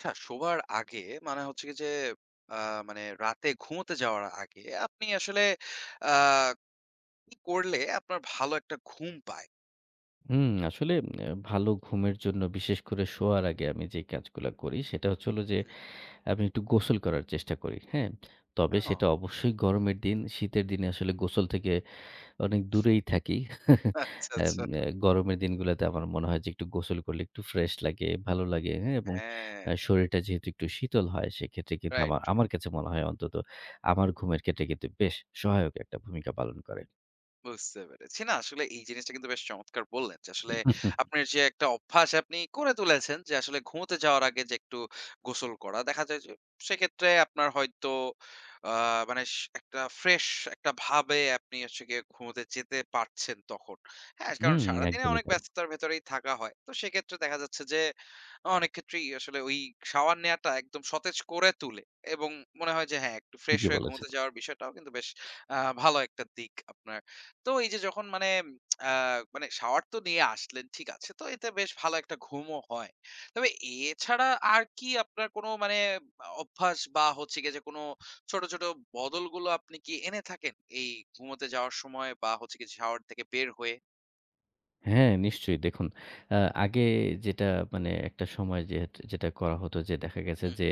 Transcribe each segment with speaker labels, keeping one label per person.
Speaker 1: হ্যাঁ, শোবার আগে মানে হচ্ছে কি যে আ মানে রাতে ঘুমোতে যাওয়ার আগে আপনি আসলে আ কি করলে আপনার ভালো একটা ঘুম পায়?
Speaker 2: হুম, আসলে ভালো ঘুমের জন্য বিশেষ করে শোয়ার আগে আমি যে কাজগুলা করি সেটা হচ্ছে হলো যে আমি একটু গোসল করার চেষ্টা করি। হ্যাঁ? তবে
Speaker 1: হ্যাঁ?
Speaker 2: সেটা অবশ্যই গরমের দিন। শীতের দিনে আসলে গোসল থেকে অনেক দূরেই থাকি।
Speaker 1: আচ্ছা,
Speaker 2: অ্যাম
Speaker 1: আচ্ছা।
Speaker 2: অ্যা গরমের দিনগুলোতে আমার মনে হয় যে একটু গোসল করলে একটু ফ্রেশ লাগে, ভালো লাগে। হ্যাঁ? এবং
Speaker 1: হ্যাঁ,
Speaker 2: শরীরটা যেহেতু একটু শীতল হয় সেক্ষেত্রে কিন্তু আমা
Speaker 1: রাইট।
Speaker 2: আমার কাছে মনে হয় অন্তত আমার ঘুমের ক্ষেত্রে কিন্তু বেশ সহায়ক একটা ভূমিকা পালন করে।
Speaker 1: বুঝতে পেরেছি। না আসলে এই জিনিসটা কিন্তু বেশ চমৎকার বললেন যে আসলে আপনার যে একটা অভ্যাস আপনি করে তুলেছেন যে আসলে ঘুমোতে যাওয়ার আগে যে একটু গোসল করা। দেখা যায় যে সেক্ষেত্রে আপনার হয়তো আ মানে একটা ফ্রেশ একটা ভাবে আপনি হচ্ছে গিয়ে ঘুমোতে যেতে পারছেন তখন। হ্যাঁ, কারণ
Speaker 2: হুম,
Speaker 1: সারাদিনে
Speaker 2: একদমই
Speaker 1: অনেক
Speaker 2: তাই।
Speaker 1: ব্যস্ততার ভেতরেই থাকা হয়। তো সেক্ষেত্রে দেখা যাচ্ছে যে অনেক ক্ষেত্রেই আসলে ওই শাওয়ার নেয়াটা একদম সতেজ করে তুলে এবং মনে হয় যে হ্যাঁ, একটু ফ্রেশ
Speaker 2: ঠিকই
Speaker 1: হয়ে
Speaker 2: বলেছেন।
Speaker 1: ঘুমোতে যাওয়ার বিষয়টাও কিন্তু বেশ আ ভালো একটা দিক আপনার। তো এই যে যখন মানে আ মানে শাওয়ার তো নিয়ে আসলেন, ঠিক আছে। তো এতে বেশ ভালো একটা ঘুমও হয়। তবে এছাড়া আর কি আপনার কোনো মানে অভ্যাস বা হচ্ছে গিয়ে যে কোনো ছোট, ছোট বদলগুলো আপনি কি এনে থাকেন? এই ঘুমোতে যাওয়ার সময় বা হচ্ছে গিয়ে শাওয়ার থেকে বের হয়ে?
Speaker 2: হ্যাঁ, নিশ্চয়ই। দেখুন, আ আগে যেটা মানে একটা সময় যেটা করা হতো যে দেখা গেছে
Speaker 1: হুম,
Speaker 2: যে
Speaker 1: হুম।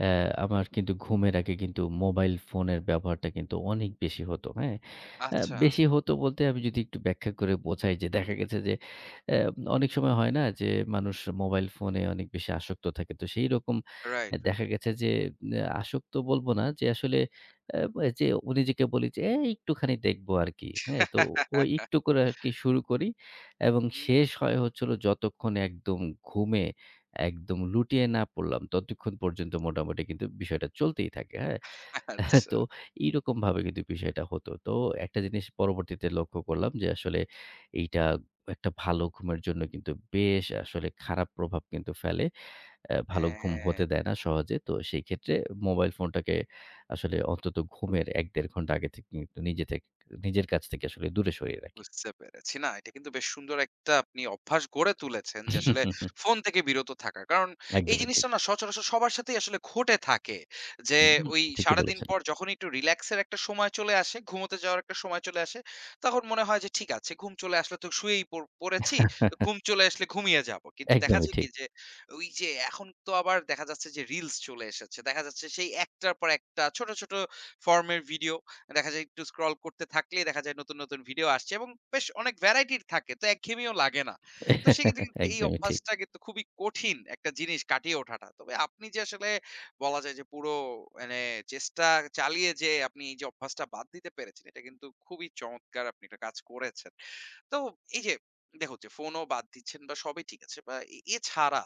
Speaker 2: অ্যা আমার কিন্তু ঘুমের আগে কিন্তু মোবাইল ফোনের ব্যবহারটা কিন্তু অনেক বেশি হতো, হ্যাঁ?
Speaker 1: আচ্ছা।
Speaker 2: বেশি হতো বলতে আমি যদি একটু ব্যাখ্যা করে বোঝাই যে দেখা গেছে যে অ্যা অনেক সময় হয় না যে মানুষ মোবাইল ফোনে অনেক বেশি আসক্ত থাকে। তো সেইরকম
Speaker 1: রাইট, রাইট।
Speaker 2: দেখা গেছে যে আসক্ত বলবো না যে আসলে বা যে ও নিজেকে বলি যে, "এই একটুখানি দেখবো আরকি।" হ্যাঁ? তো ওই একটু করে আরকি শুরু করি। এবং
Speaker 1: হুম,
Speaker 2: শেষ হয় হচ্ছে হলো যতক্ষণ একদম ঘুমে একদম লুটিয়ে না পড়লাম, ততক্ষণ পর্যন্ত মোটামুটি কিন্তু বিষয়টা চলতেই থাকে, হ্যাঁ?
Speaker 1: আচ্ছা।
Speaker 2: তো এইরকমভাবে কিন্তু বিষয়টা হতো। তো একটা জিনিস পরবর্তীতে লক্ষ্য করলাম যে আসলে এইটা একটা ভালো ঘুমের জন্য কিন্তু বেশ আসলে খারাপ প্রভাব কিন্তু ফেলে। ভালো ঘুম
Speaker 1: হ্যাঁ।
Speaker 2: হতে দেয় না সহজে। তো সেই ক্ষেত্রে মোবাইল ফোনটাকে আসলে অন্তত ঘুমের ১-১.৫ ঘন্টা আগে থেকে কিন্তু নিজে থেকে নিজের কাছ থেকে আসলে দূরে সরিয়ে রাখি।
Speaker 1: বুঝতে পেরেছি। না, এটা কিন্তু বেশ সুন্দর একটা আপনি অভ্যাস গড়ে তুলেছেন যে আসলে ফোন থেকে বিরত থাকা। কারণ এই
Speaker 2: একদমই ঠিক।
Speaker 1: জিনিসটা না সচরাচর সবার সাথেই আসলে ঘটে থাকে। যে
Speaker 2: হুম,
Speaker 1: ওই
Speaker 2: ঠিকই
Speaker 1: সারাদিন
Speaker 2: বলেছেন।
Speaker 1: পর যখন একটু রিল্যাক্স এর একটা সময় চলে আসে, ঘুমোতে যাওয়ার একটা সময় চলে আসে, তখন মনে হয় যে ঠিক আছে ঘুম চলে আসলে তো শুয়েই পড়েছি। তো ঘুম চলে আসলে ঘুমিয়ে যাবো। কিন্তু দেখা
Speaker 2: একদমই
Speaker 1: যায় কি
Speaker 2: ঠিক।
Speaker 1: যে ওই যে এখন তো আবার দেখা যাচ্ছে যে রিলস চলে এসেছে। দেখা যাচ্ছে সেই একটার পর একটা ছোট, ছোট ফর্ম এর ভিডিও দেখা যায় একটু স্ক্রল করতে থাকলেই দেখা যায় নতুন, নতুন ভিডিও আসছে এবং বেশ অনেক ভ্যারাইটির থাকে। তো একঘেয়েমিও লাগে না। তো সেক্ষেত্রে কিন্তু এই
Speaker 2: একদমই ঠিক।
Speaker 1: অভ্যাসটা কিন্তু খুবই কঠিন একটা জিনিস কাটিয়ে ওঠাটা। তবে আপনি যে আসলে বলা যায় যে পুরো মানে চেষ্টা চালিয়ে যে আপনি এই যে অভ্যাসটা বাদ দিতে পেরেছেন, এটা কিন্তু খুবই চমৎকার আপনি একটা কাজ করেছেন। তো এই যে দেখুন যে ফোনও বাদ দিচ্ছেন বা সবই ঠিক আছে বা এছাড়া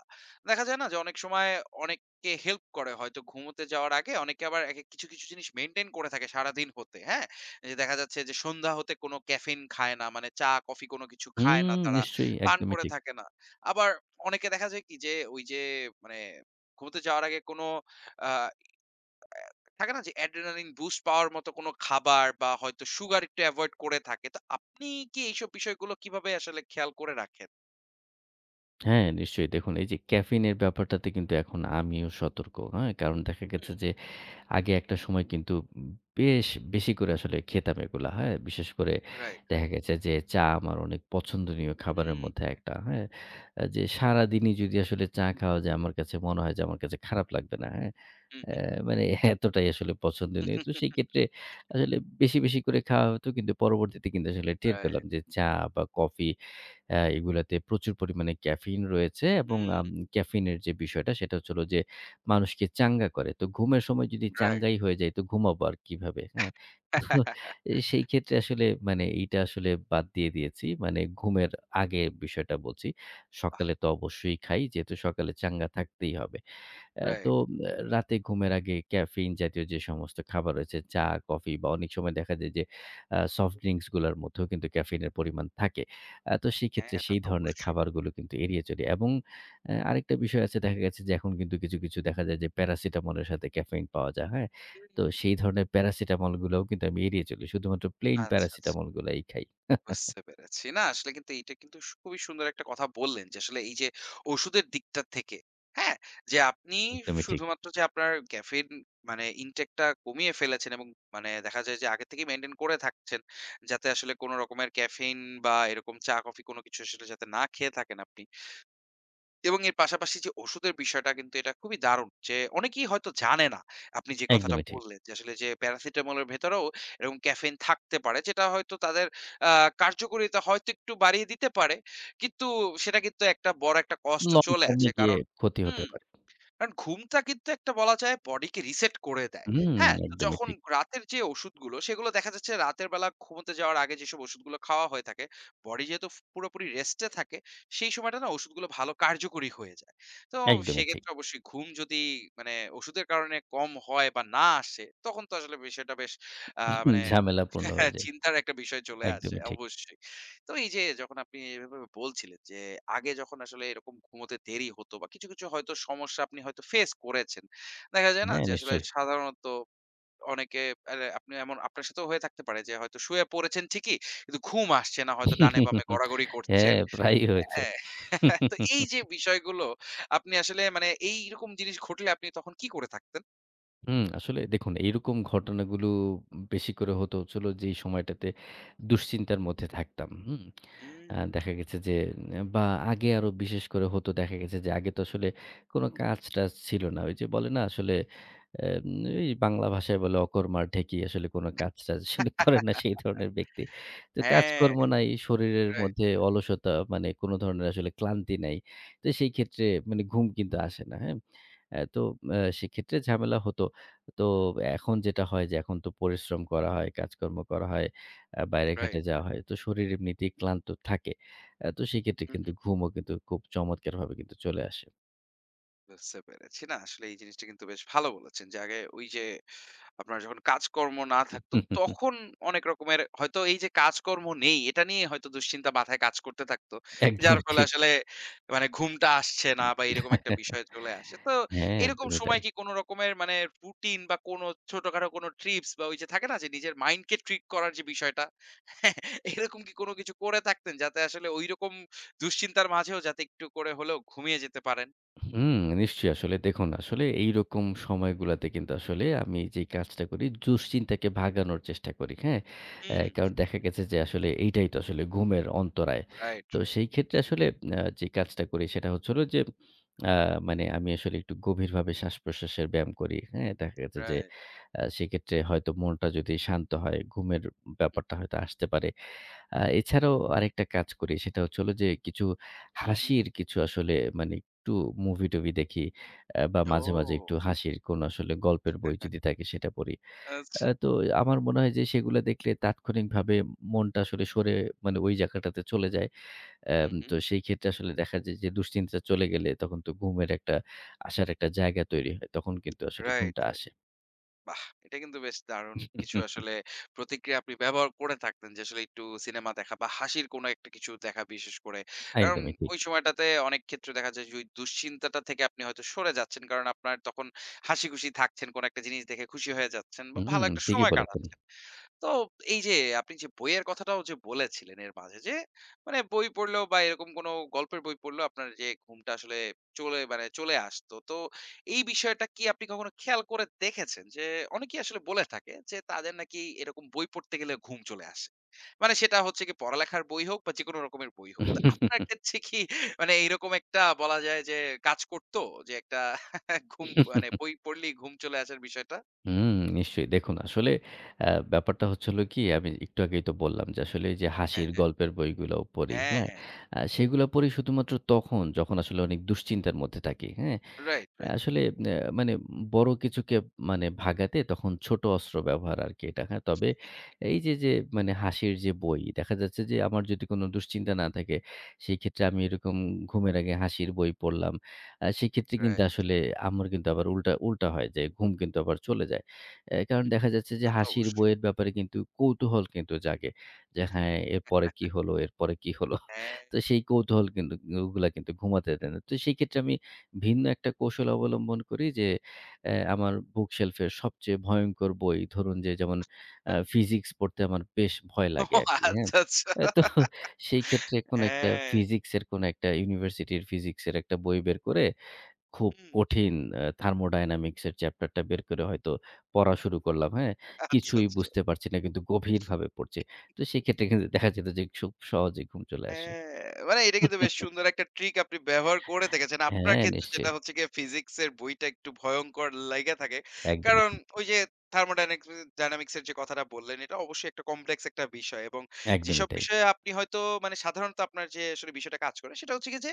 Speaker 1: দেখা যায় না যে অনেক সময় অনেককে হেল্প করে হয়তো ঘুমোতে যাওয়ার আগে অনেকে আবার একেক কিছু, কিছু জিনিস মেইনটেইন করে থাকে সারাদিন হতে, হ্যাঁ? যে দেখা যাচ্ছে যে সন্ধ্যা হতে কোনো ক্যাফেইন খায় না। মানে চা, কফি কোনো কিছু খায় না
Speaker 2: হুম,
Speaker 1: তারা,
Speaker 2: নিশ্চয়ই
Speaker 1: পান
Speaker 2: একদমই
Speaker 1: করে
Speaker 2: ঠিক।
Speaker 1: থাকে না। আবার অনেকে দেখা যায় কি যে ওই যে মানে ঘুমোতে যাওয়ার আগে কোনো আ থাকে না যে অ্যাড্রেনালিন বুস্ট পাওয়ার মতো কোনো খাবার বা হয়তো সুগার একটু এভয়েড করে থাকে। তো আপনি কি এইসব বিষয়গুলো কিভাবে আসলে খেয়াল করে রাখেন?
Speaker 2: হ্যাঁ, নিশ্চয়ই দেখুন এই যে ক্যাফেইনের ব্যাপারটাতে কিন্তু এখন আমিও সতর্ক। হ্যাঁ? কারণ দেখা গেছে
Speaker 1: হুম,
Speaker 2: যে আগে একটা সময় কিন্তু বেশ বেশি করে আসলে খেতাম এগুলা। হ্যাঁ? বিশেষ করে
Speaker 1: রাইট,
Speaker 2: দেখা
Speaker 1: রাইট।
Speaker 2: গেছে যে চা আমার অনেক পছন্দনীয় খাবারের
Speaker 1: হুম,
Speaker 2: মধ্যে একটা। হ্যাঁ? যে সারাদিনই যদি আসলে চা খাওয়া যায় আমার কাছে মনে হয় যে আমার কাছে খারাপ লাগবে না। হ্যাঁ?
Speaker 1: হুম,
Speaker 2: অ্যা
Speaker 1: হুম।
Speaker 2: মানে এতটাই আসলে পছন্দনীয়। তো সেই ক্ষেত্রে আসলে বেশি, বেশি করে খাওয়া হতো কিন্তু পরবর্তীতে কিন্তু আসলে টের
Speaker 1: রাইট,
Speaker 2: পেলাম যে চা বা কফি এগুলাতে প্রচুর পরিমাণে ক্যাফেইন রয়েছে এবং
Speaker 1: হুম,
Speaker 2: ক্যাফেইনের যে বিষয়টা সেটা হচ্ছে হলো যে মানুষকে চাঙ্গা করে। তো ঘুমের সময় যদি
Speaker 1: রাইট,
Speaker 2: চাঙ্গাই হয়ে যাই তো ঘুমাবো আর কিভাবে, হ্যাঁ? তো সেই ক্ষেত্রে আসলে মানে এইটা আসলে বাদ দিয়ে দিয়েছি। মানে ঘুমের আগে বিষয়টা বলছি। সকালে তো অবশ্যই খাই যেহেতু সকালে চাঙ্গা থাকতেই হবে। অ্যা তো
Speaker 1: রাইট।
Speaker 2: আ রাতে ঘুমের আগে ক্যাফেইন জাতীয় যে সমস্ত খাবার রয়েছে, চা, কফি বা অনেক সময় দেখা যায় যে সফট ড্রিংকস গুলার মধ্যেও কিন্তু ক্যাফেইনের পরিমাণ থাকে। তো সেক্ষেত্রে
Speaker 1: হ্যাঁ, তা
Speaker 2: সেই
Speaker 1: তো
Speaker 2: ধরনের
Speaker 1: অবশ্যই।
Speaker 2: খাবারগুলো কিন্তু এড়িয়ে চলি এবং আরেকটা বিষয় আছে দেখা গেছে যে এখন কিন্তু কিছু, কিছু দেখা যায় যে প্যারাসিটামলের সাথে ক্যাফেইন পাওয়া যায়, হ্যাঁ? তো
Speaker 1: হুম,
Speaker 2: সেই ধরনের প্যারাসিটামল গুলাও কিন্তু আমি এড়িয়ে চলি। শুধুমাত্র প্লেইন
Speaker 1: আচ্ছা, আচ্ছা।
Speaker 2: প্যারাসিটামল গুলাই খাই।
Speaker 1: বুঝতে পেরেছি। না আসলে কিন্তু এইটা কিন্তু খুবই সুন্দর একটা কথা বললেন যে আসলে এই যে ওষুধের দিকটা থেকে, হ্যাঁ? যে আপনি
Speaker 2: একদমই ঠিক,
Speaker 1: শুধুমাত্র যে আপনার ক্যাফেইন মানে ইনটেকটা কমিয়ে ফেলেছেন এবং মানে দেখা যায় যে আগে থেকেই মেইনটেইন করে থাকছেন। যাতে আসলে কোন রকমের ক্যাফেইন বা এরকম চা, কফি কোন কিছু আসলে যাতে না খেয়ে থাকেন আপনি। এবং এর পাশাপাশি যে ওষুধের বিষয়টা কিন্তু এটা খুবই দারুণ যে অনেকেই হয়তো জানে না। আপনি যে কথাটা
Speaker 2: একদমই ঠিক।
Speaker 1: বললেন যে আসলে যে প্যারাসিটামলের ভেতরেও এরকম ক্যাফেইন থাকতে পারে যেটা হয়তো তাদের আ কার্যকরিতা হয়তো একটু বাড়িয়ে দিতে পারে। কিন্তু সেটা কিন্তু একটা বড় একটা কষ্ট
Speaker 2: লং
Speaker 1: চলে
Speaker 2: টার্ম এ
Speaker 1: আসে।
Speaker 2: গিয়ে
Speaker 1: কারণ
Speaker 2: ক্ষতি হতে
Speaker 1: হুম।
Speaker 2: পারে।
Speaker 1: কারণ ঘুমটা কিন্তু একটা বলা যায় বডিকে রিসেট করে দেয়।
Speaker 2: হুম,
Speaker 1: হ্যাঁ? তো
Speaker 2: একদমই
Speaker 1: যখন
Speaker 2: ঠিক,
Speaker 1: রাতের যে ওষুধগুলো সেগুলো দেখা যাচ্ছে রাতের বেলা ঘুমোতে যাওয়ার আগে যেসব ওষুধগুলো খাওয়া হয়ে থাকে, বডি যেহেতু পুরোপুরি রেস্টে থাকে, সেই সময়টা না ওষুধগুলো ভালো কার্যকরী হয়ে যায়। তো
Speaker 2: একদমই ঠিক।
Speaker 1: সেক্ষেত্রে অবশ্যই ঘুম যদি মানে ওষুধের কারণে কম হয় বা না আসে, তখন তো আসলে বিষয়টা বেশ মানে
Speaker 2: ঝামেলাপূর্ণ হয়ে যায়।
Speaker 1: চিন্তার একটা বিষয় চলে আসে।
Speaker 2: একদমই ঠিক।
Speaker 1: অবশ্যই। তো এই যে যখন আপনি এভাবে বলছিলেন যে আগে যখন আসলে এরকম ঘুমোতে দেরি হতো বা কিছু, কিছু হয়তো সমস্যা আপনি হয়তো ফেস করেছেন। দেখা যায় না
Speaker 2: হ্যাঁ,
Speaker 1: যে আসলে
Speaker 2: নিশ্চয়ই।
Speaker 1: সাধারণত অনেকে আরে আপনি এমন আপনার সাথেও হয়ে থাকতে পারে যে হয়তো শুয়ে পড়েছেন ঠিকই, কিন্তু ঘুম আসছে না হয়তো ডানে বামে গড়াগড়ি করছেন।
Speaker 2: হ্যাঁ, প্রায়ই হয়েছে।
Speaker 1: হ্যাঁ? তো এই যে বিষয়গুলো আপনি আসলে মানে এইরকম জিনিস ঘটলে আপনি তখন কি করে থাকতেন?
Speaker 2: হুম, আসলে দেখুন এইরকম ঘটনাগুলো বেশি করে হতে হচ্ছিল যেই সময়টাতে দুশ্চিন্তার মধ্যে থাকতাম। হুম?
Speaker 1: হুম।
Speaker 2: দেখা গেছে যে উম, বা আগে আরো বিশেষ করে হতো দেখা গেছে যে আগে তো আসলে কোনো কাজ-টাজ ছিল না। ওই যে বলে না আসলে এম এই বাংলা ভাষায় বলে অকর্মার ঢেঁকি আসলে কোনো কাজ-টাজ আসলে করে না সেই ধরনের ব্যক্তি। তো
Speaker 1: হ্যাঁ,
Speaker 2: কাজকর্ম নাই, শরীরের
Speaker 1: রাইট,
Speaker 2: মধ্যে
Speaker 1: রাইট,
Speaker 2: অলসতা মানে কোনো ধরনের আসলে ক্লান্তি নাই। তো সেই ক্ষেত্রে মানে ঘুম কিন্তু আসে না। হ্যাঁ? অ্যা তো অ্যা সেক্ষেত্রে ঝামেলা হতো। তো এখন যেটা হয় যে এখন তো পরিশ্রম করা হয়, কাজকর্ম করা হয়, বাইরে ঘাটে
Speaker 1: রাইট,
Speaker 2: যাওয়া
Speaker 1: রাইট।
Speaker 2: হয়। তো শরীর এমনিতেই ক্লান্ত থাকে। তো সেক্ষেত্রে
Speaker 1: হুম,
Speaker 2: কিন্তু
Speaker 1: হুম।
Speaker 2: ঘুমও কিন্তু খুব চমৎকারভাবে কিন্তু চলে আসে।
Speaker 1: বুঝতে পেরেছি। না আসলে এই জিনিসটা কিন্তু বেশ ভালো বলেছেন যে আগে ওই যে আপনার যখন কাজকর্ম না থাকতো তখন অনেক রকমের হয়তো এই যে কাজকর্ম নেই এটা নিয়ে হয়তো দুশ্চিন্তা মাথায় কাজ করতে থাকতো। যার
Speaker 2: একদমই
Speaker 1: ফলে
Speaker 2: ঠিক।
Speaker 1: আসলে মানে ঘুমটা আসছে না বা এরকম একটা বিষয় চলে আসে। তো
Speaker 2: হ্যাঁ,
Speaker 1: এরকম
Speaker 2: একদমই
Speaker 1: সময়
Speaker 2: তাই।
Speaker 1: কি কোন রকমের মানে রুটিন বা কোনো ছোটখাটো কোনো ট্রিপস বা ওই যে থাকে না যে নিজের মাইন্ডকে ট্রিক করার যে বিষয়টা এরকম কি কোনো কিছু করে থাকতেন যাতে আসলে ঐরকম দুশ্চিন্তার মাঝেও যাতে একটু করে হলেও ঘুমিয়ে যেতে পারেন?
Speaker 2: হুম, নিশ্চয়ই আসলে দেখুন আসলে এইরকম সময়গুলাতে কিন্তু আসলে আমি যে কাজটা করি দুশ্চিন্তাকে ভাগানোর চেষ্টা করি। হ্যাঁ?
Speaker 1: হুম।
Speaker 2: কারণ দেখা গেছে যে আসলে এইটাই তো আসলে ঘুমের অন্তরায়।
Speaker 1: রাইট,
Speaker 2: তো
Speaker 1: রাইট,
Speaker 2: সেই ক্ষেত্রে আসলে যে কাজটা করি সেটা হচ্ছে হলো যে আ মানে আমি আসলে একটু গভীরভাবে শ্বাসপ্রশ্বাসের ব্যায়াম করি। হ্যাঁ? দেখা গেছে যে
Speaker 1: রাইট।
Speaker 2: সেক্ষেত্রে হয়তো মনটা যদি শান্ত হয়, ঘুমের ব্যাপারটা হয়তো আসতে পারে। এছাড়াও আরেকটা কাজ করি সেটা হচ্ছে হলো যে কিছু
Speaker 1: হু, হু।
Speaker 2: হাসির কিছু আসলে মানে একটু মুভি-টুভি দেখি বা মাঝে, মাঝে একটু
Speaker 1: ও!
Speaker 2: হাসির কোনো আসলে গল্পের বই যদি থাকে সেটা পড়ি।
Speaker 1: আচ্ছা।
Speaker 2: তো আমার মনে হয় যে সেগুলা দেখলে তাৎক্ষণিকভাবে মনটা আসলে সরে মানে ওই জায়গাটাতে চলে যায়।
Speaker 1: হু, হু।
Speaker 2: তো সেই ক্ষেত্রে আসলে দেখা যায় যে দুশ্চিন্তা চলে গেলে তখন তো ঘুমের একটা আসার একটা জায়গা তৈরি হয়। তখন কিন্তু আসলে
Speaker 1: রাইট,
Speaker 2: ঘুমটা
Speaker 1: রাইট।
Speaker 2: আসে।
Speaker 1: বাহ! এটা কিন্তু বেশ দারুণ কিছু আসলে প্রতিক্রিয়া আপনি ব্যবহার করে থাকতেন যে আসলে একটু সিনেমা দেখা বা হাসির কোনো একটা কিছু দেখা বিশেষ করে। কারণ
Speaker 2: একদমই ঠিক।
Speaker 1: ওই সময়টাতে অনেক ক্ষেত্রে দেখা যায় যে ওই দুশ্চিন্তাটা থেকে আপনি হয়তো সরে যাচ্ছেন। কারণ আপনার তখন হাসিখুশি থাকছেন, কোনো একটা জিনিস দেখে খুশি হয়ে যাচ্ছেন বা ভালো
Speaker 2: হুম,
Speaker 1: একটা
Speaker 2: ঠিকই
Speaker 1: সময়
Speaker 2: বলেছেন।
Speaker 1: কাটাচ্ছেন। তো এই যে আপনি যে বইয়ের কথাটাও যে বলেছিলেন এর মাঝে যে মানে বই পড়লেও বা এরকম কোনো গল্পের বই পড়লেও আপনার যে ঘুমটা আসলে মানে চলে আসতো তো এই বিষয়টা কি আপনি কখনো খেয়াল করে দেখেছেন যে অনেকেই আসলে বলে থাকে যে তাদের নাকি এরকম বই পড়তে গেলে ঘুম চলে আসে মানে সেটা হচ্ছে কি পড়ালেখার বই হোক বা যে কোনো রকমের বই হোক তো আপনার ক্ষেত্রে কি মানে এইরকম একটা বলা যায় যে কাজ করতো যে একটা ঘুম মানে বই পড়লেই ঘুম চলে আসার বিষয়টা
Speaker 2: হুম, নিশ্চয়ই। দেখুন আসলে ব্যাপারটা হচ্ছে হলো কি আমি একটু আগেই তো বললাম যে আসলে এই যে
Speaker 1: হ্যাঁ
Speaker 2: হাসির
Speaker 1: হ্যাঁ
Speaker 2: গল্পের বইগুলো পড়ি,
Speaker 1: হ্যাঁ
Speaker 2: হ্যাঁ?
Speaker 1: হ্যাঁ
Speaker 2: সেগুলো পড়ি শুধুমাত্র তখন যখন আসলে অনেক দুশ্চিন্তার মধ্যে থাকি, হ্যাঁ?
Speaker 1: রাইট রাইট
Speaker 2: আসলে মানে বড় কিছুকে মানে ভাগাতে তখন ছোট অস্ত্র ব্যবহার আরকি এটা, হ্যাঁ? তবে এই যে, যে মানে হাসির যে বই দেখা যাচ্ছে যে আমার যদি কোনো দুশ্চিন্তা না থাকে, সেই ক্ষেত্রে আমি এরকম ঘুমের আগে হাসির বই পড়লাম। সেক্ষেত্রে কিন্তু
Speaker 1: রাইট।
Speaker 2: আসলে আম্মুর কিন্তু আবার উল্টা, উল্টা হয় যে ঘুম কিন্তু আবার চলে যায়। কারণ
Speaker 1: হুম।
Speaker 2: দেখা যাচ্ছে যে
Speaker 1: তা তো
Speaker 2: হাসির
Speaker 1: অবশ্যই।
Speaker 2: বইয়ের ব্যাপারে কিন্তু কৌতূহল কিন্তু জাগে। যে হ্যাঁ, এরপরে কি হলো, এরপরে কি হলো?
Speaker 1: হ্যাঁ।
Speaker 2: তো সেই কৌতূহল কিন্তু ওগুলা কিন্তু ঘুমাতে দেয় না। তো সেই ক্ষেত্রে আমি ভিন্ন একটা কৌশল অবলম্বন করি যে আমার বুক শেলফের সবচেয়ে ভয়ংকর বই ধরুন যে যেমন ফিজিক্স পড়তে আমার বেশ ভয় লাগে
Speaker 1: ও
Speaker 2: আরকি, হ্যাঁ?
Speaker 1: আচ্ছা, আচ্ছা।
Speaker 2: তো সেই ক্ষেত্রে কোনো একটা
Speaker 1: হ্যাঁ।
Speaker 2: ফিজিক্সের কোনো একটা ইউনিভার্সিটির ফিজিক্সের একটা বই বের করে খুব
Speaker 1: হুম।
Speaker 2: কঠিন থার্মোডায়নামিক্স এর চ্যাপ্টারটা বের করে হয়তো পড়া শুরু করলাম, হ্যাঁ?
Speaker 1: আচ্ছা,
Speaker 2: কিছুই
Speaker 1: আচ্ছা।
Speaker 2: বুঝতে পারছি না কিন্তু গভীরভাবে পড়ছি। তো সেক্ষেত্রে কিন্তু দেখা যেত যে খুব সহজেই ঘুম চলে আসে।
Speaker 1: হ্যাঁ, মানে এটা কিন্তু বেশ সুন্দর একটা ট্রিক আপনি ব্যবহার করে দেখেছেন। আপনার
Speaker 2: হ্যাঁ,
Speaker 1: ক্ষেত্রে যেটা
Speaker 2: নিশ্চয়ই।
Speaker 1: হচ্ছে গিয়ে ফিজিক্স এর বইটা একটু ভয়ংকর লাইগা থাকে।
Speaker 2: একদমই
Speaker 1: কারণ
Speaker 2: ঠিক।
Speaker 1: ওই যে থার্মোডাইনাক্স ডায়নামিক্স এর যে কথাটা বললেন এটা অবশ্যই একটা কমপ্লেক্স একটা বিষয় এবং
Speaker 2: একদমই
Speaker 1: যেসব
Speaker 2: তাই।
Speaker 1: বিষয়ে আপনি হয়তো মানে সাধারণত আপনার যে আসলে বিষয়টা কাজ করে সেটা হচ্ছে গিয়ে যে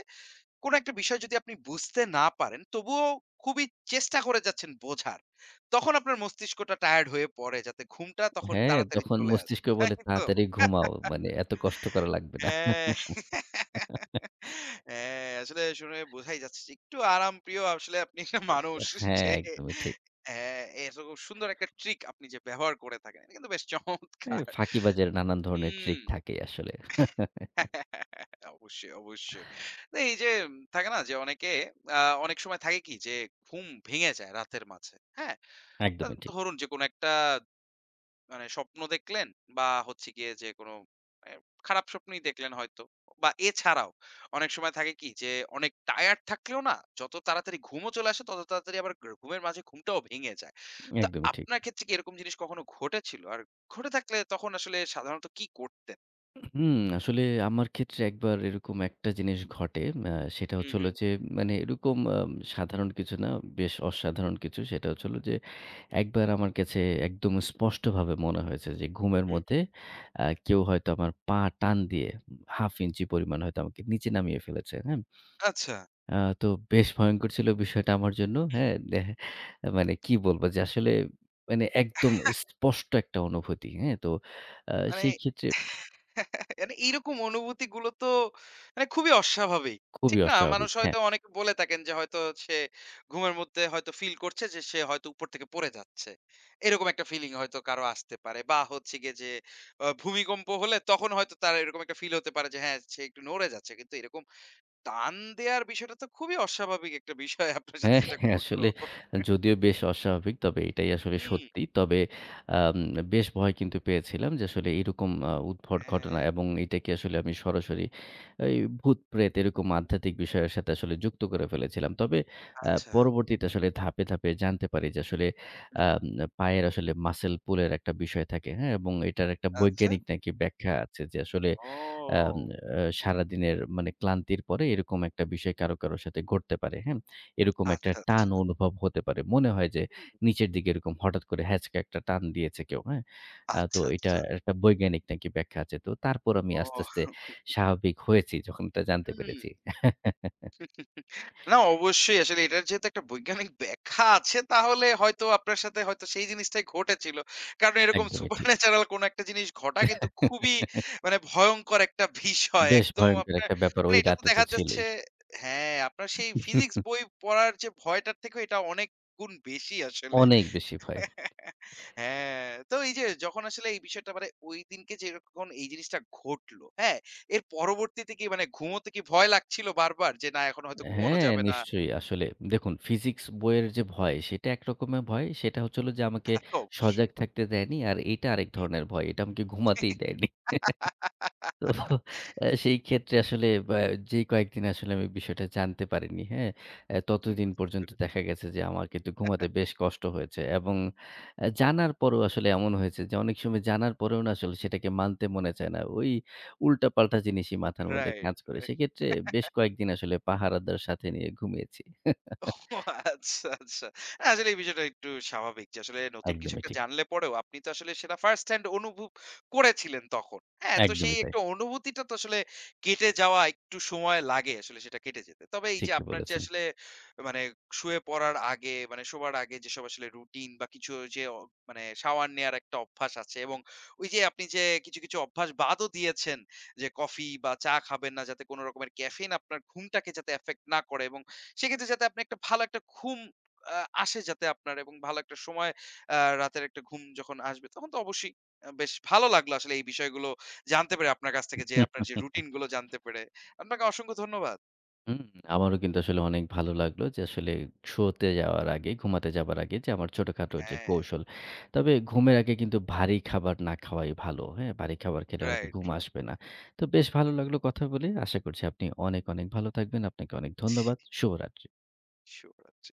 Speaker 1: কোনো একটা বিষয় যদি আপনি বুঝতে না পারেন, তবুও খুবই চেষ্টা করে যাচ্ছেন বোঝার। তখন আপনার মস্তিষ্কটা টায়ার্ড হয়ে পড়ে যাতে ঘুমটা তখন
Speaker 2: হ্যাঁ,
Speaker 1: তাড়াতাড়ি
Speaker 2: তখন
Speaker 1: চলে আসে।
Speaker 2: মস্তিষ্ক
Speaker 1: তাই
Speaker 2: বলে
Speaker 1: তো?
Speaker 2: তাড়াতাড়ি
Speaker 1: হ্যাঁ।
Speaker 2: ঘুমাও। মানে এত কষ্ট করা লাগবে না।
Speaker 1: হ্যাঁ, আসলে শুনে বোঝাই যাচ্ছে যে একটু আরামপ্রিয় আসলে আপনি একটা মানুষ
Speaker 2: হ্যাঁ,
Speaker 1: যে
Speaker 2: একদমই ঠিক।
Speaker 1: হ্যাঁ, এত সুন্দর একটা ট্রিক আপনি যে ব্যবহার করে থাকেন। এটা কিন্তু বেশ
Speaker 2: এ
Speaker 1: চমৎকার!
Speaker 2: ফাঁকিবাজের নানান ধরনের
Speaker 1: হুম।
Speaker 2: ট্রিক থাকেই আসলে।
Speaker 1: অবশ্যই, অবশ্যই। না এই যে থাকে না যে অনেকে আ অনেক সময় থাকে কি যে ঘুম ভেঙে যায় রাতের মাঝে। হ্যাঁ? আ
Speaker 2: একদমই ঠিক,
Speaker 1: ধরুন যে কোনো একটা মানে স্বপ্ন দেখলেন বা হচ্ছে গিয়ে যে কোনো এ খারাপ স্বপ্নই দেখলেন হয়তো। বা এছাড়াও অনেক সময় থাকে কি যে অনেক টায়ার্ড থাকলেও না যত তাড়াতাড়ি ঘুমও চলে আসে তত তাড়াতাড়ি আবার ঘুমের মাঝে ঘুমটাও ভেঙে যায়। তো
Speaker 2: একদমই ঠিক।
Speaker 1: আপনার ক্ষেত্রে কি এরকম জিনিস কখনো ঘটেছিল? আর ঘটে থাকলে তখন আসলে সাধারণত কি করতেন?
Speaker 2: হুম, আসলে আমার ক্ষেত্রে একবার এরকম একটা জিনিস ঘটে। আ সেটা
Speaker 1: হু,
Speaker 2: হচ্ছে
Speaker 1: হু,
Speaker 2: হলো যে মানে এরকম সাধারণ কিছু না, বেশ অসাধারণ কিছু। সেটা হচ্ছে হলো যে একবার আমার কাছে একদম স্পষ্টভাবে মনে হয়েছে যে ঘুমের
Speaker 1: হু।
Speaker 2: মধ্যে কেউ হয়তো আমার পা টান দিয়ে ১/২ ইঞ্চি পরিমাণ হয়তো আমাকে নিচে নামিয়ে ফেলেছে। হ্যাঁ?
Speaker 1: আচ্ছা।
Speaker 2: আ তো বেশ ভয়ংকর ছিল বিষয়টা আমার জন্য। হ্যাঁ? মানে কি বলবো যে আসলে মানে একদম স্পষ্ট একটা অনুভূতি। হ্যাঁ? তো আ
Speaker 1: মানে
Speaker 2: সেই ক্ষেত্রে
Speaker 1: মানে এইরকম অনুভূতিগুলো তো মানে খুবই অস্বাভাবিক।
Speaker 2: খুবই
Speaker 1: ঠিক না?
Speaker 2: অস্বাভাবিক।
Speaker 1: মানুষ
Speaker 2: হ্যাঁ।
Speaker 1: হয়তো অনেকে বলে থাকেন যে হয়তো সে ঘুমের মধ্যে হয়তো ফিল করছে যে সে হয়তো উপর থেকে পড়ে যাচ্ছে। এরকম একটা ফিলিং হয়তো কারো আসতে পারে বা হচ্ছে গিয়ে যে ভূমিকম্প হলে তখন হয়তো তার এরকম একটা ফিল হতে পারে যে হ্যাঁ, সে একটু নড়ে যাচ্ছে। কিন্তু এরকম টান দেয়ার বিষয়টা তো খুবই অস্বাভাবিক একটা বিষয় আপনার সাথে
Speaker 2: হ্যাঁ,
Speaker 1: যেটা
Speaker 2: হ্যাঁ,
Speaker 1: ঘটলো।
Speaker 2: আসলে যদিও বেশ অস্বাভাবিক তবে এটাই আসলে
Speaker 1: হুম,
Speaker 2: সত্যি। তবে আম বেশ ভয় কিন্তু পেয়েছিলাম যে আসলে এরকম উদ্ভট
Speaker 1: হ্যাঁ,
Speaker 2: ঘটনা এবং এটাকে আসলে আমি সরাসরি এই ভূত-প্রেত এরকম আধ্যাত্মিক বিষয়ের সাথে আসলে যুক্ত করে ফেলেছিলাম। তবে
Speaker 1: আচ্ছা।
Speaker 2: পরবর্তীতে আসলে ধাপে, ধাপে জানতে পারি যে আসলে
Speaker 1: হু, হু।
Speaker 2: আম পায়ের আসলে মাসল পুলের একটা বিষয় থাকে, হ্যাঁ? এবং এটার একটা
Speaker 1: আচ্ছা।
Speaker 2: বৈজ্ঞানিক নাকি ব্যাখ্যা আছে যে আসলে আম
Speaker 1: ও!
Speaker 2: আ সারাদিনের মানে ক্লান্তির পরে এরকম একটা বিষয় কারো, কারো সাথে ঘটতে পারে, হ্যাঁ? এরকম একটা
Speaker 1: আচ্ছা,
Speaker 2: টান
Speaker 1: আচ্ছা।
Speaker 2: অনুভব হতে পারে। মনে হয় যে
Speaker 1: হুম,
Speaker 2: নিচের দিকে এরকম হঠাৎ করে হ্যাঁচকা একটা টান দিয়েছে কেউ, হ্যাঁ? তো
Speaker 1: আচ্ছা,
Speaker 2: এটা
Speaker 1: আচ্ছা।
Speaker 2: একটা বৈজ্ঞানিক নাকি ব্যাখ্যা আছে। তো তারপর আমি আস্তে,
Speaker 1: ও
Speaker 2: আস্তে স্বাভাবিক হয়েছি যখন এটা জানতে
Speaker 1: হুম।
Speaker 2: পেরেছি।
Speaker 1: না অবশ্যই আসলে এটার যেহেতু একটা বৈজ্ঞানিক ব্যাখ্যা আছে তাহলে হয়তো আপনার সাথে হয়তো সেই জিনিসটাই ঘটেছিল। কারণ এরকম
Speaker 2: একদমই ঠিক।
Speaker 1: সুপারন্যাচারাল কোন একটা জিনিস ঘটা কিন্তু খুবই মানে ভয়ংকর একটা বিষয়।
Speaker 2: বেশ
Speaker 1: একদম
Speaker 2: ভয়ংকর
Speaker 1: আপনার
Speaker 2: একটা ব্যাপার
Speaker 1: মানে
Speaker 2: ওই
Speaker 1: এটা তো
Speaker 2: রাতে তো
Speaker 1: দেখা যাচ্ছে
Speaker 2: ছিলই।
Speaker 1: হ্যাঁ, আপনার সেই ফিজিক্স বই পড়ার যে ভয়টার থেকেও এটা অনেক গুণ বেশি আসলে।
Speaker 2: অনেক বেশি ভয়।
Speaker 1: হ্যাঁ, তো এই যে যখন আসলে এই বিষয়টা মানে ওই দিনকে যখন এই জিনিসটা ঘটলো, হ্যাঁ? এর পরবর্তীতে কি মানে ঘুমোতে কি ভয় লাগছিল বারবার যে না এখন হয়তো ঘুমানো
Speaker 2: হ্যাঁ,
Speaker 1: যাবে না?
Speaker 2: নিশ্চয়ই। আসলে দেখুন ফিজিক্স বইয়ের যে ভয় সেটা একরকমের ভয়। সেটা হচ্ছে হলো যে আমাকে
Speaker 1: তা তো
Speaker 2: সজাগ
Speaker 1: অবশ্যই।
Speaker 2: থাকতে দেয়নি। আর এটা আরেক ধরনের ভয়। এটা আমাকে ঘুমাতেই দেয়নি। তো আ সেই ক্ষেত্রে আসলে যে কয়েকদিন আসলে আমি বিষয়টা জানতে পারিনি, হ্যাঁ? ততদিন
Speaker 1: বুঝতে
Speaker 2: পর্যন্ত
Speaker 1: পেরেছি।
Speaker 2: দেখা গেছে যে আমার কিন্তু ঘুমাতে বেশ কষ্ট হয়েছে এবং জানার পরেও আসলে এমন হয়েছে যে অনেক সময় জানার পরেও না আসলে সেটাকে মানতে মনে চায় না। ওই উল্টাপাল্টা জিনিসই মাথার মধ্যে
Speaker 1: রাইট,
Speaker 2: কাজ করে।
Speaker 1: রাইট।
Speaker 2: সেক্ষেত্রে বেশ কয়েকদিন আসলে পাহারাদার সাথে নিয়ে ঘুমিয়েছি।
Speaker 1: ও আচ্ছা, আচ্ছা। না, আসলে এই বিষয়টা একটু স্বাভাবিক যে আসলে নতুন কিছু
Speaker 2: একদমই
Speaker 1: একটা
Speaker 2: ঠিক।
Speaker 1: জানলে পরেও আপনি তো আসলে সেটা ফার্স্ট হ্যান্ড অনুভব করেছিলেন তখন। হ্যাঁ, তো সেই
Speaker 2: একদমই তাই।
Speaker 1: একটা অনুভূতিটা তো আসলে কেটে যাওয়া একটু সময় লাগে আসলে সেটা কেটে যেতে। তবে এই যে
Speaker 2: ঠিকই
Speaker 1: আপনার যে
Speaker 2: বলেছেন।
Speaker 1: আসলে মানে শুয়ে পড়ার আগে মানে শোবার আগে যেসব আসলে রুটিন বা কিছু যে মানে শাওয়ার নেয়ার একটা অভ্যাস আছে এবং ওই যে আপনি যে কিছু, কিছু অভ্যাস বাদও দিয়েছেন যে কফি বা চা খাবেন না যাতে কোন রকমের ক্যাফেইন আপনার ঘুমটাকে যাতে এফেক্ট না করে এবং সেক্ষেত্রে যাতে আপনি একটা ভালো একটা ঘুম আ আসে যাতে আপনার এবং ভালো একটা সময় আ রাতের একটা ঘুম যখন আসবে তখন তো অবশ্যই বেশ ভালো লাগলো আসলে এই বিষয়গুলো জানতে পেরে আপনার কাছ থেকে যে আপনার যে রুটিন গুলো জানতে পেরে। আপনাকে অসংখ্য ধন্যবাদ।
Speaker 2: হুম, আমারও কিন্তু আসলে অনেক ভালো লাগলো যে আসলে শোতে যাওয়ার আগে, ঘুমাতে যাবার আগে যে আমার ছোটখাটো যে
Speaker 1: হ্যাঁ,
Speaker 2: কৌশল। তবে ঘুমের আগে কিন্তু ভারী খাবার না খাওয়াই ভালো। হ্যাঁ? ভারী খাবার খেলে হয়তো
Speaker 1: রাইট,
Speaker 2: ঘুম
Speaker 1: রাইট।
Speaker 2: আসবে না। তো বেশ ভালো লাগলো কথা বলে। আশা করছি আপনি অনেক, অনেক ভালো থাকবেন। আপনাকে অনেক ধন্যবাদ। শুভরাত্রি।
Speaker 1: শুভরাত্রি।